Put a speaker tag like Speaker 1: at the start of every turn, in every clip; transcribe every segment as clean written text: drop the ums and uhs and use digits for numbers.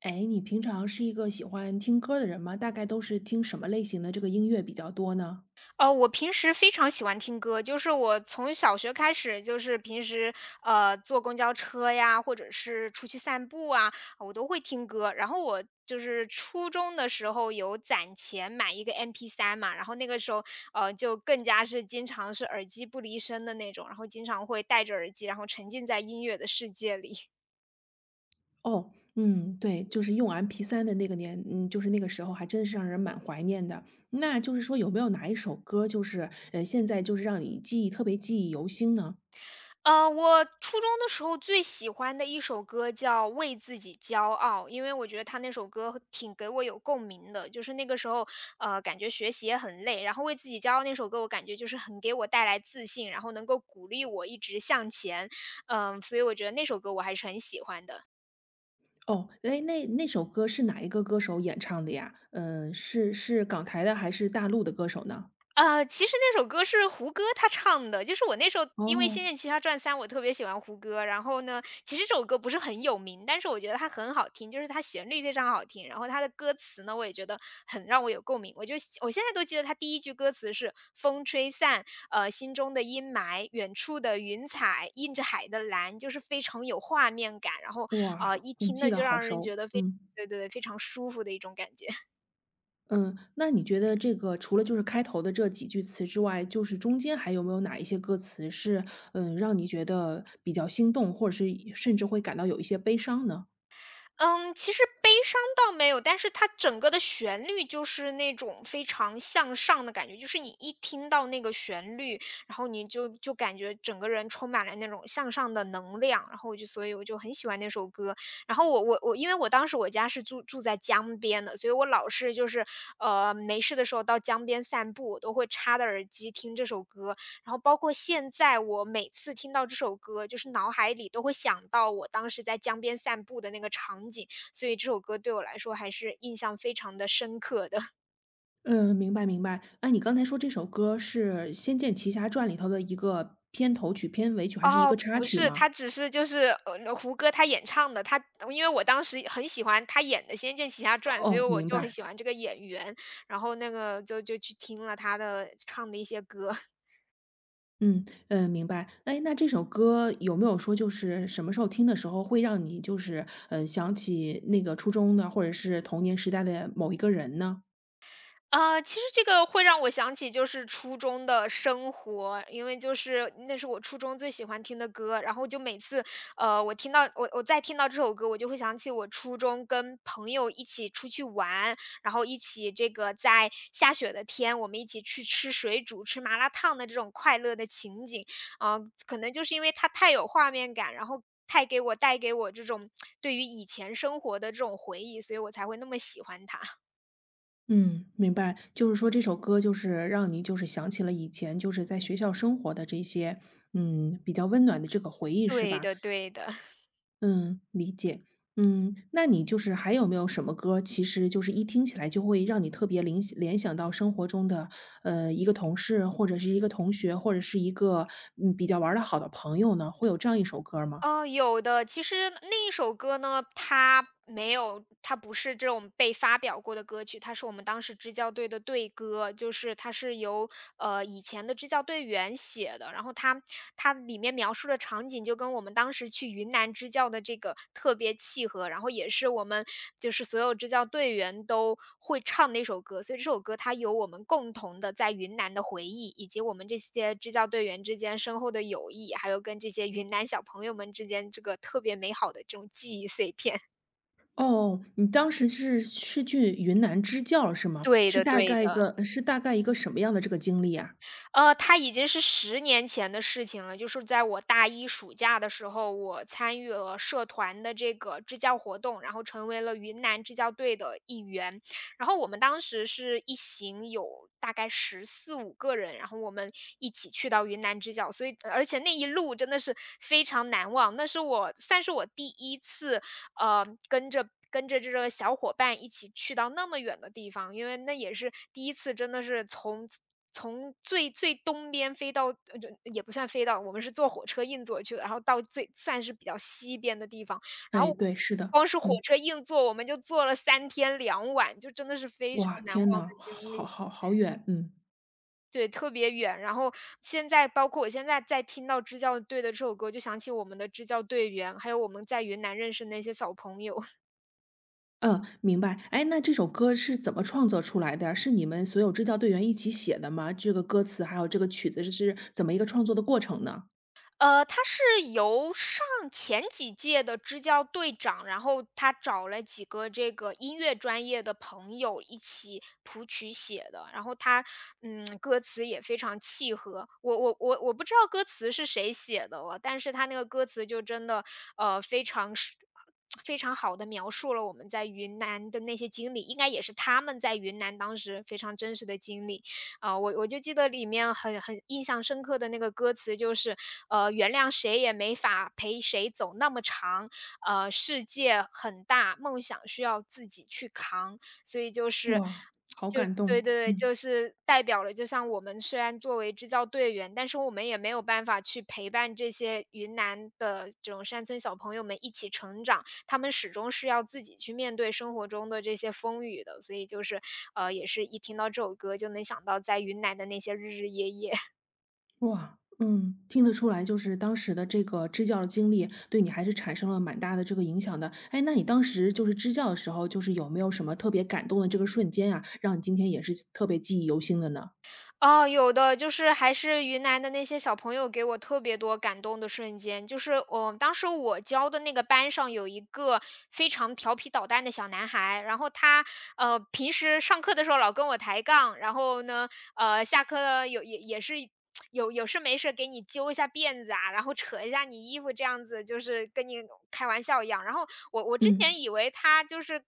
Speaker 1: 哎，你平常是一个喜欢听歌的人吗？大概都是听什么类型的这个音乐比较多呢？
Speaker 2: 我平时非常喜欢听歌，就是我从小学开始，就是平时坐公交车呀，或者是出去散步啊，我都会听歌。然后我就是初中的时候有攒钱买一个 MP3 嘛，然后那个时候就更加是经常是耳机不离身的那种，然后经常会戴着耳机，然后沉浸在音乐的世界里。
Speaker 1: 哦，嗯，对，就是用 MP3的那个年，就是那个时候还真是让人蛮怀念的。那就是说，有没有哪一首歌，就是现在就是让你特别记忆犹新呢？
Speaker 2: 我初中的时候最喜欢的一首歌叫《为自己骄傲》，因为我觉得他那首歌挺给我有共鸣的。就是那个时候，感觉学习也很累，然后《为自己骄傲》那首歌，我感觉就是很给我带来自信，然后能够鼓励我一直向前。所以我觉得那首歌我还是很喜欢的。
Speaker 1: 哦，哎，那首歌是哪一个歌手演唱的呀？嗯，是港台的还是大陆的歌手呢？
Speaker 2: 其实那首歌是胡歌他唱的，就是我那时候因为
Speaker 1: 哦，
Speaker 2: 《仙剑奇侠传三》，我特别喜欢胡歌，然后呢，其实这首歌不是很有名，但是我觉得它很好听，就是它旋律非常好听，然后它的歌词呢，我也觉得很让我有共鸣。我现在都记得它第一句歌词是"风吹散，心中的阴霾，远处的云彩映着海的蓝"，就是非常有画面感，然后啊，
Speaker 1: 哇，
Speaker 2: 一
Speaker 1: 你
Speaker 2: 听
Speaker 1: 记
Speaker 2: 呢
Speaker 1: 得
Speaker 2: 就
Speaker 1: 好
Speaker 2: 让人
Speaker 1: 熟，
Speaker 2: 觉得非
Speaker 1: 嗯。
Speaker 2: 对对对，非常舒服的一种感觉。
Speaker 1: 嗯，那你觉得这个除了就是开头的这几句词之外，就是中间还有没有哪一些歌词是，让你觉得比较心动，或者是甚至会感到有一些悲伤呢？
Speaker 2: 嗯，其实悲伤倒没有，但是它整个的旋律就是那种非常向上的感觉，就是你一听到那个旋律，然后你就感觉整个人充满了那种向上的能量，然后所以我就很喜欢那首歌。然后我我我，因为我当时我家是住在江边的，所以我老是就是没事的时候到江边散步，我都会插着耳机听这首歌，然后包括现在我每次听到这首歌，就是脑海里都会想到我当时在江边散步的那个场景，所以这首歌对我来说还是印象非常的深刻的。
Speaker 1: 嗯，明白明白。哎，你刚才说这首歌是《仙剑奇侠传》里头的一个片头曲、片尾曲，还是一
Speaker 2: 哦，
Speaker 1: 个插
Speaker 2: 不
Speaker 1: 曲
Speaker 2: 是，
Speaker 1: 吗？
Speaker 2: 他只是就是，胡歌他演唱的，因为我当时很喜欢他演的《仙剑奇侠传》，所以
Speaker 1: 哦，
Speaker 2: 我
Speaker 1: 明
Speaker 2: 就很
Speaker 1: 白。
Speaker 2: 喜欢这个演员，然后那个就去听了他的唱的一些歌。
Speaker 1: 嗯嗯，明白。哎，那这首歌有没有说，就是什么时候听的时候会让你就是，想起那个初中的，或者是童年时代的某一个人呢？
Speaker 2: 啊，其实这个会让我想起就是初中的生活，因为就是那是我初中最喜欢听的歌，然后就每次，我再听到这首歌，我就会想起我初中跟朋友一起出去玩，然后一起这个在下雪的天，我们一起去吃水煮、吃麻辣烫的这种快乐的情景，啊，可能就是因为它太有画面感，然后太给我带给我这种对于以前生活的这种回忆，所以我才会那么喜欢它。
Speaker 1: 嗯，明白。就是说这首歌就是让你就是想起了以前就是在学校生活的这些，比较温暖的这个回忆是
Speaker 2: 对
Speaker 1: 吧？
Speaker 2: 的，对的。
Speaker 1: 嗯，理解。嗯，那你就是还有没有什么歌，其实就是一听起来就会让你特别联想到生活中的，一个同事或者是一个同学或者是一个比较玩的好的朋友呢？会有这样一首歌吗？
Speaker 2: 哦，有的。其实那一首歌呢，它没有它不是这种被发表过的歌曲，它是我们当时支教队的队歌，就是它是由，以前的支教队员写的。然后它里面描述的场景就跟我们当时去云南支教的这个特别契合，然后也是我们就是所有支教队员都会唱的一首歌，所以这首歌它有我们共同的在云南的回忆，以及我们这些支教队员之间深厚的友谊，还有跟这些云南小朋友们之间这个特别美好的这种记忆碎片。
Speaker 1: 哦，你当时是去云南支教了是吗？
Speaker 2: 对
Speaker 1: 是
Speaker 2: 的
Speaker 1: 大
Speaker 2: 对
Speaker 1: 概一
Speaker 2: 的。
Speaker 1: 个是大概一个什么样的这个经历啊？
Speaker 2: 它已经是10年前的事情了，就是在我大一暑假的时候，我参与了社团的这个支教活动，然后成为了云南支教队的一员。然后我们当时是一行有大概14、15个人，然后我们一起去到云南支教，所以而且那一路真的是非常难忘，那是我算是我第一次，跟着这个小伙伴一起去到那么远的地方，因为那也是第一次真的是从最最东边飞到就也不算飞到，我们是坐火车硬座去的，然后到最算是比较西边的地方，然
Speaker 1: 哎，
Speaker 2: 后
Speaker 1: 对，是的，
Speaker 2: 光是火
Speaker 1: 嗯，
Speaker 2: 车硬座，我们就坐了3天2晚，就真的是非常
Speaker 1: 哇，
Speaker 2: 难忘
Speaker 1: 天呐，
Speaker 2: 的经
Speaker 1: 好
Speaker 2: 历。
Speaker 1: 好好远，嗯
Speaker 2: 对，特别远，然后现在包括我现在在听到支教队的这首歌，就想起我们的支教队员，还有我们在云南认识的那些小朋友。
Speaker 1: 嗯，明白。哎，那这首歌是怎么创作出来的呀？是你们所有支教队员一起写的吗？这个歌词还有这个曲子是怎么一个创作的过程呢？
Speaker 2: 他是由前几届的支教队长，然后他找了几个这个音乐专业的朋友一起谱曲写的，然后歌词也非常契合。我不知道歌词是谁写的了，但是他那个歌词就真的呃非常是。非常好的描述了我们在云南的那些经历，应该也是他们在云南当时非常真实的经历。啊，我就记得里面很印象深刻的那个歌词就是，原谅谁也没法陪谁走那么长，世界很大，梦想需要自己去扛。所以就是，
Speaker 1: 哇，好感
Speaker 2: 对对
Speaker 1: 动，
Speaker 2: 对，
Speaker 1: 嗯，
Speaker 2: 就是代表了，就像我们虽然作为支教队员，但是我们也没有办法去陪伴这些云南的这种山村小朋友们一起成长，他们始终是要自己去面对生活中的这些风雨的，所以就是，也是一听到这首歌就能想到在云南的那些日日夜夜。
Speaker 1: 哇，嗯，听得出来，就是当时的这个支教的经历对你还是产生了蛮大的这个影响的。哎，那你当时就是支教的时候，就是有没有什么特别感动的这个瞬间啊，让你今天也是特别记忆犹新的呢？
Speaker 2: 哦，有的，就是还是云南的那些小朋友给我特别多感动的瞬间，就是，我当时我教的那个班上有一个非常调皮捣蛋的小男孩，然后他，平时上课的时候老跟我抬杠，然后呢，下课了有也也是有有事没事给你揪一下辫子啊，然后扯一下你衣服这样子，就是跟你开玩笑一样。然后我之
Speaker 1: 嗯，
Speaker 2: 前以为他就是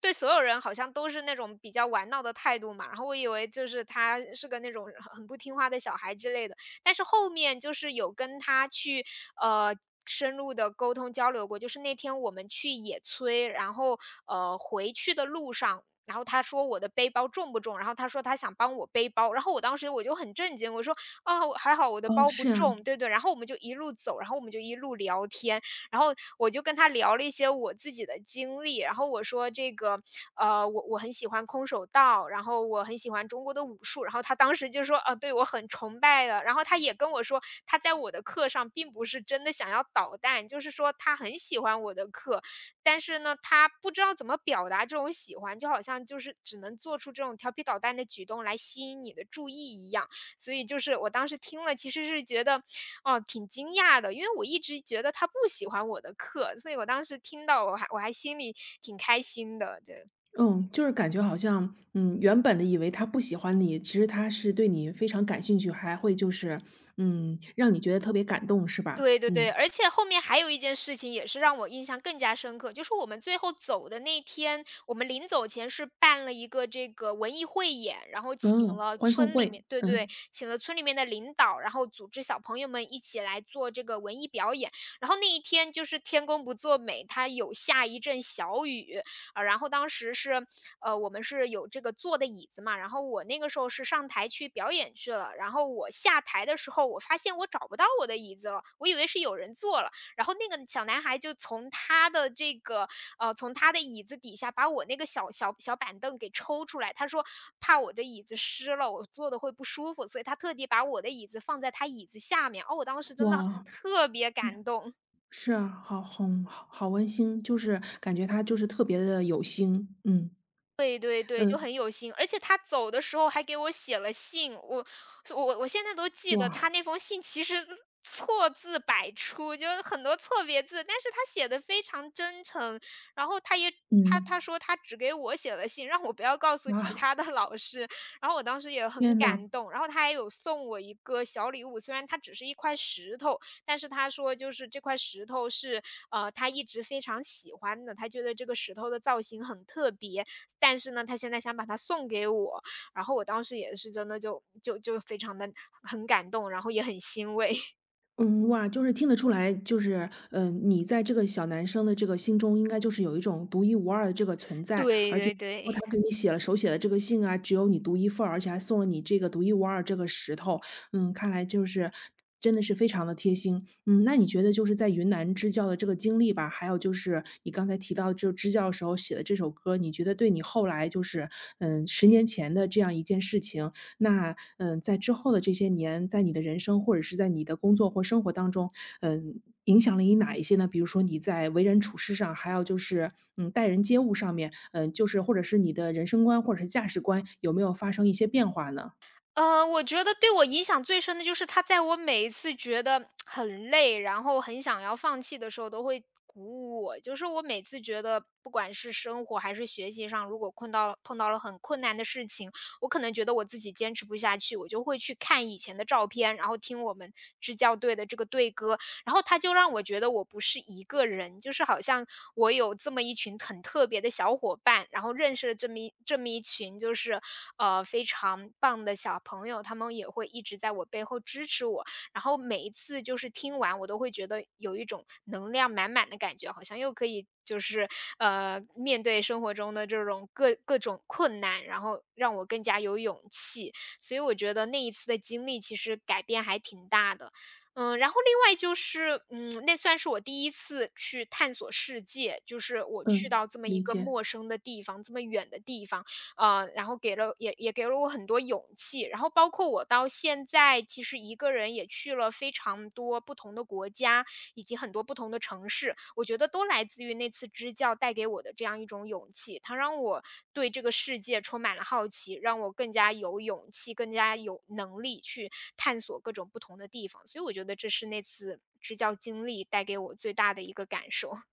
Speaker 2: 对所有人好像都是那种比较玩闹的态度嘛，然后我以为就是他是个那种很不听话的小孩之类的。但是后面就是有跟他去，呃，深入的沟通交流过，就是那天我们去野炊，然后，回去的路上，然后他说我的背包重不重，然后他说他想帮我背包，然后我当时我就很震惊，我说："啊，还好我的
Speaker 1: 哦，
Speaker 2: 包不
Speaker 1: 是呀，
Speaker 2: 重。"对对，然后我们就一路走，然后我们就一路聊天，然后我就跟他聊了一些我自己的经历，然后我说这个，我很喜欢空手道，然后我很喜欢中国的武术，然后他当时就说，啊，对我很崇拜的，然后他也跟我说，他在我的课上并不是真的想要捣蛋，就是说他很喜欢我的课，但是呢，他不知道怎么表达这种喜欢，就好像就是只能做出这种调皮捣蛋的举动来吸引你的注意一样。所以就是我当时听了，其实是觉得，哦，挺惊讶的，因为我一直觉得他不喜欢我的课，所以我当时听到我还心里挺开心的。
Speaker 1: 嗯，就是感觉好像，原本的以为他不喜欢你，其实他是对你非常感兴趣，还会就是，让你觉得特别感动，是吧？
Speaker 2: 对对
Speaker 1: 嗯
Speaker 2: 对，而且后面还有一件事情也是让我印象更加深刻，就是我们最后走的那天，我们临走前是办了一个这个文艺汇演，然后请
Speaker 1: 嗯，
Speaker 2: 了
Speaker 1: 欢送
Speaker 2: 村里
Speaker 1: 会，
Speaker 2: 面，对对，
Speaker 1: 嗯，
Speaker 2: 请了村里面的领导，然后组织小朋友们一起来做这个文艺表演。然后那一天就是天公不作美，它有下一阵小雨啊，然后当时是我们是有这个坐的椅子嘛，然后我那个时候是上台去表演去了，然后我下台的时候，我发现我找不到我的椅子了，我以为是有人坐了，然后那个小男孩就从他的这个从他的椅子底下把我那个小板凳给抽出来，他说怕我这椅子湿了，我坐的会不舒服，所以他特地把我的椅子放在他椅子下面，哦，我当时真的
Speaker 1: 哇，
Speaker 2: 特别
Speaker 1: 对，
Speaker 2: 感动。
Speaker 1: 是啊，好好好好温馨，就是感觉他就是特别的有心，嗯
Speaker 2: 对对
Speaker 1: 嗯，
Speaker 2: 对，就很有心，而且他走的时候还给我写了信，我现在都记得
Speaker 1: 哇，
Speaker 2: 他那封信其实错字百出，就是很多错别字，但是他写的非常真诚，然后他也他
Speaker 1: 嗯
Speaker 2: 他说他只给我写了信，让我不要告诉其
Speaker 1: 啊，
Speaker 2: 他的 老师，然后我当时也很
Speaker 1: 天呐，
Speaker 2: 感动，然后他还有送我一个小礼物，虽然它只是一块石头，但是他说就是这块石头是他一直非常喜欢的，他觉得这个石头的造型很特别，但是呢，他现在想把它送给我，然后我当时也是真的就就就非常的很感动，然后也很欣慰。
Speaker 1: 嗯，哇，就是听得出来，就是，你在这个小男生的这个心中应该就是有一种独一无二的这个存在，
Speaker 2: 对
Speaker 1: 而且
Speaker 2: 对对，
Speaker 1: 包括他给你写了手写的这个信啊，只有你独一份儿，而且还送了你这个独一无二这个石头。嗯，看来就是真的是非常的贴心。嗯，那你觉得就是在云南支教的这个经历吧，还有就是你刚才提到就支教的时候写的这首歌，你觉得对你后来就是，十年前的这样一件事情，那，在之后的这些年，在你的人生或者是在你的工作或生活当中，影响了你哪一些呢？比如说你在为人处事上，还有就是，待人接物上面，就是或者是你的人生观或者是价值观，有没有发生一些变化呢？
Speaker 2: 我觉得对我影响最深的就是他在我每一次觉得很累，然后很想要放弃的时候都会鼓舞我。就是我每次觉得不管是生活还是学习上，如果困到碰到了很困难的事情，我可能觉得我自己坚持不下去，我就会去看以前的照片，然后听我们支教队的这个队歌，然后他就让我觉得我不是一个人，就是好像我有这么一群很特别的小伙伴，然后认识了这么一群就是非常棒的小朋友，他们也会一直在我背后支持我，然后每一次就是听完，我都会觉得有一种能量满满的感觉，好像又可以就是面对生活中的这种各种困难，然后让我更加有勇气。所以我觉得那一次的经历其实改变还挺大的。嗯，然后另外就是，嗯，那算是我第一次去探索世界，就是我去
Speaker 1: 嗯，
Speaker 2: 到这么一
Speaker 1: 理
Speaker 2: 个
Speaker 1: 解。
Speaker 2: 陌生的地方，这么远的地方，然后给了也给了我很多勇气。然后包括我到现在，其实一个人也去了非常多不同的国家，以及很多不同的城市，我觉得都来自于那次支教带给我的这样一种勇气。它让我对这个世界充满了好奇，让我更加有勇气、更加有能力去探索各种不同的地方。所以我觉得这是那次支教经历带给我最大的一个感受。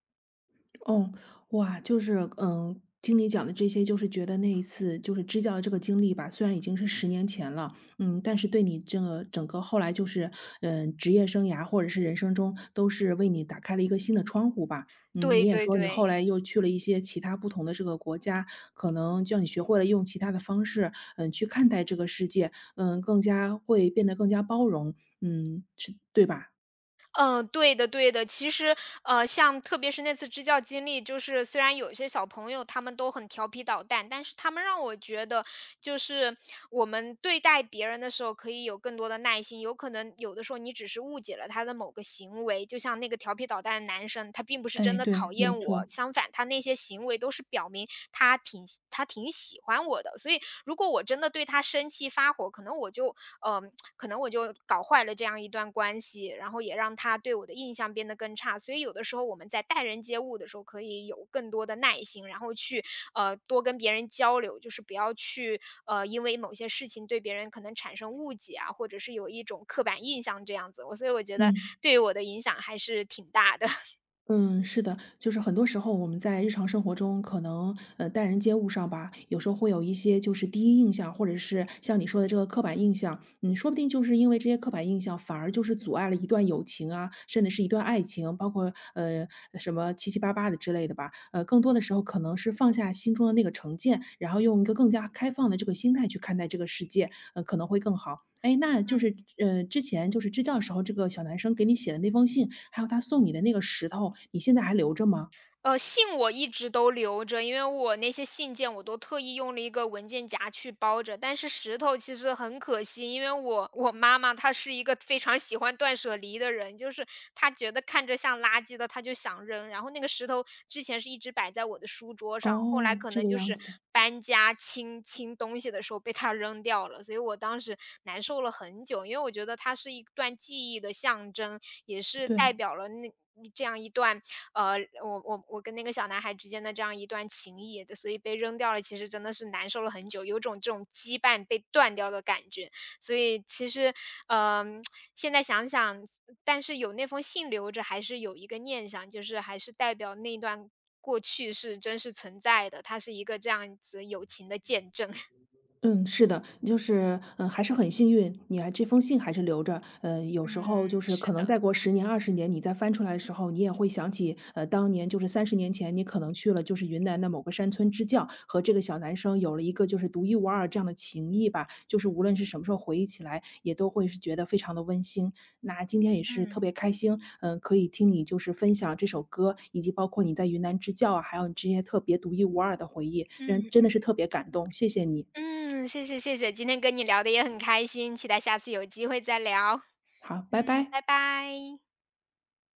Speaker 1: 哦，哇，就是，听你讲的这些，就是觉得那一次就是支教的这个经历吧，虽然已经是十年前了，但是对你这个整个后来就是，职业生涯或者是人生中都是为你打开了一个新的窗户吧。嗯，你
Speaker 2: 对
Speaker 1: 也
Speaker 2: 对
Speaker 1: 说你后
Speaker 2: 对。
Speaker 1: 来又去了一些其他不同的这个国家，可能叫你学会了用其他的方式，去看待这个世界，更加会变得更加包容，是对吧？
Speaker 2: 嗯，对的对的。其实，像特别是那次支教经历，就是虽然有一些小朋友他们都很调皮捣蛋，但是他们让我觉得，就是我们对待别人的时候可以有更多的耐心。有可能有的时候你只是误解了他的某个行为，就像那个调皮捣蛋的男生，他并不是真
Speaker 1: 哎，
Speaker 2: 的
Speaker 1: 对，
Speaker 2: 讨
Speaker 1: 没
Speaker 2: 厌我，
Speaker 1: 错，
Speaker 2: 相反他那些行为都是表明他挺他挺喜欢我的。所以如果我真的对他生气发火，可能我就嗯呃，可能我就搞坏了这样一段关系，然后也让他对我的印象变得更差。所以有的时候我们在待人接物的时候，可以有更多的耐心，然后去多跟别人交流，就是不要去因为某些事情对别人可能产生误解啊，或者是有一种刻板印象这样子。所以我觉得
Speaker 1: 嗯。
Speaker 2: 对我的影响还是挺大的。
Speaker 1: 嗯，是的，就是很多时候我们在日常生活中，可能待人接物上吧，有时候会有一些就是第一印象，或者是像你说的这个刻板印象，说不定就是因为这些刻板印象，反而就是阻碍了一段友情啊，甚至是一段爱情，包括什么七七八八的之类的吧。更多的时候可能是放下心中的那个成见，然后用一个更加开放的这个心态去看待这个世界，可能会更好。哎，那就是，
Speaker 2: 嗯。
Speaker 1: 之前就是支教时候，这个小男生给你写的那封信，还有他送你的那个石头，你现在还留着吗？
Speaker 2: 信我一直都留着，因为我那些信件我都特意用了一个文件夹去包着。但是石头其实很可惜，因为我妈妈她是一个非常喜欢断舍离的人，就是她觉得看着像垃圾的，她就想扔。然后那个石头之前是一直摆在我的书桌上，后来
Speaker 1: 哦，
Speaker 2: 可
Speaker 1: 这
Speaker 2: 能
Speaker 1: 个
Speaker 2: 就
Speaker 1: 样
Speaker 2: 是
Speaker 1: 子。
Speaker 2: 搬家清东西的时候被她扔掉了，所以我当时难受了很久，因为我觉得它是一段记忆的象征，也是代
Speaker 1: 对。
Speaker 2: 表了那。嗯这样一段呃，我跟那个小男孩之间的这样一段情谊，所以被扔掉了，其实真的是难受了很久，有种这种羁绊被断掉的感觉。所以其实，嗯，现在想想，但是有那封信留着，还是有一个念想，就是还是代表那段过去是真实存在的，它是一个这样子友情的见证。
Speaker 1: 嗯，是的，就是，还是很幸运，你还这封信还是留着。嗯，有时候就
Speaker 2: 嗯，
Speaker 1: 是
Speaker 2: 是
Speaker 1: 可能
Speaker 2: 的，
Speaker 1: 再过10年、20年，你再翻出来的时候，你也会想起，当年就是30年前，你可能去了就是云南的某个山村支教，和这个小男生有了一个就是独一无二这样的情谊吧。就是无论是什么时候回忆起来，也都会是觉得非常的温馨。那今天也是特
Speaker 2: 嗯。
Speaker 1: 别开心，可以听你就是分享这首歌，以及包括你在云南支教啊，还有你这些特别独一无二的回忆，嗯，
Speaker 2: 嗯
Speaker 1: 真的是特别感动，谢谢你。
Speaker 2: 嗯，谢谢，今天跟你聊的也很开心，期待下次有机会再聊。
Speaker 1: 好，拜
Speaker 2: 嗯，
Speaker 1: 拜。
Speaker 2: 拜拜。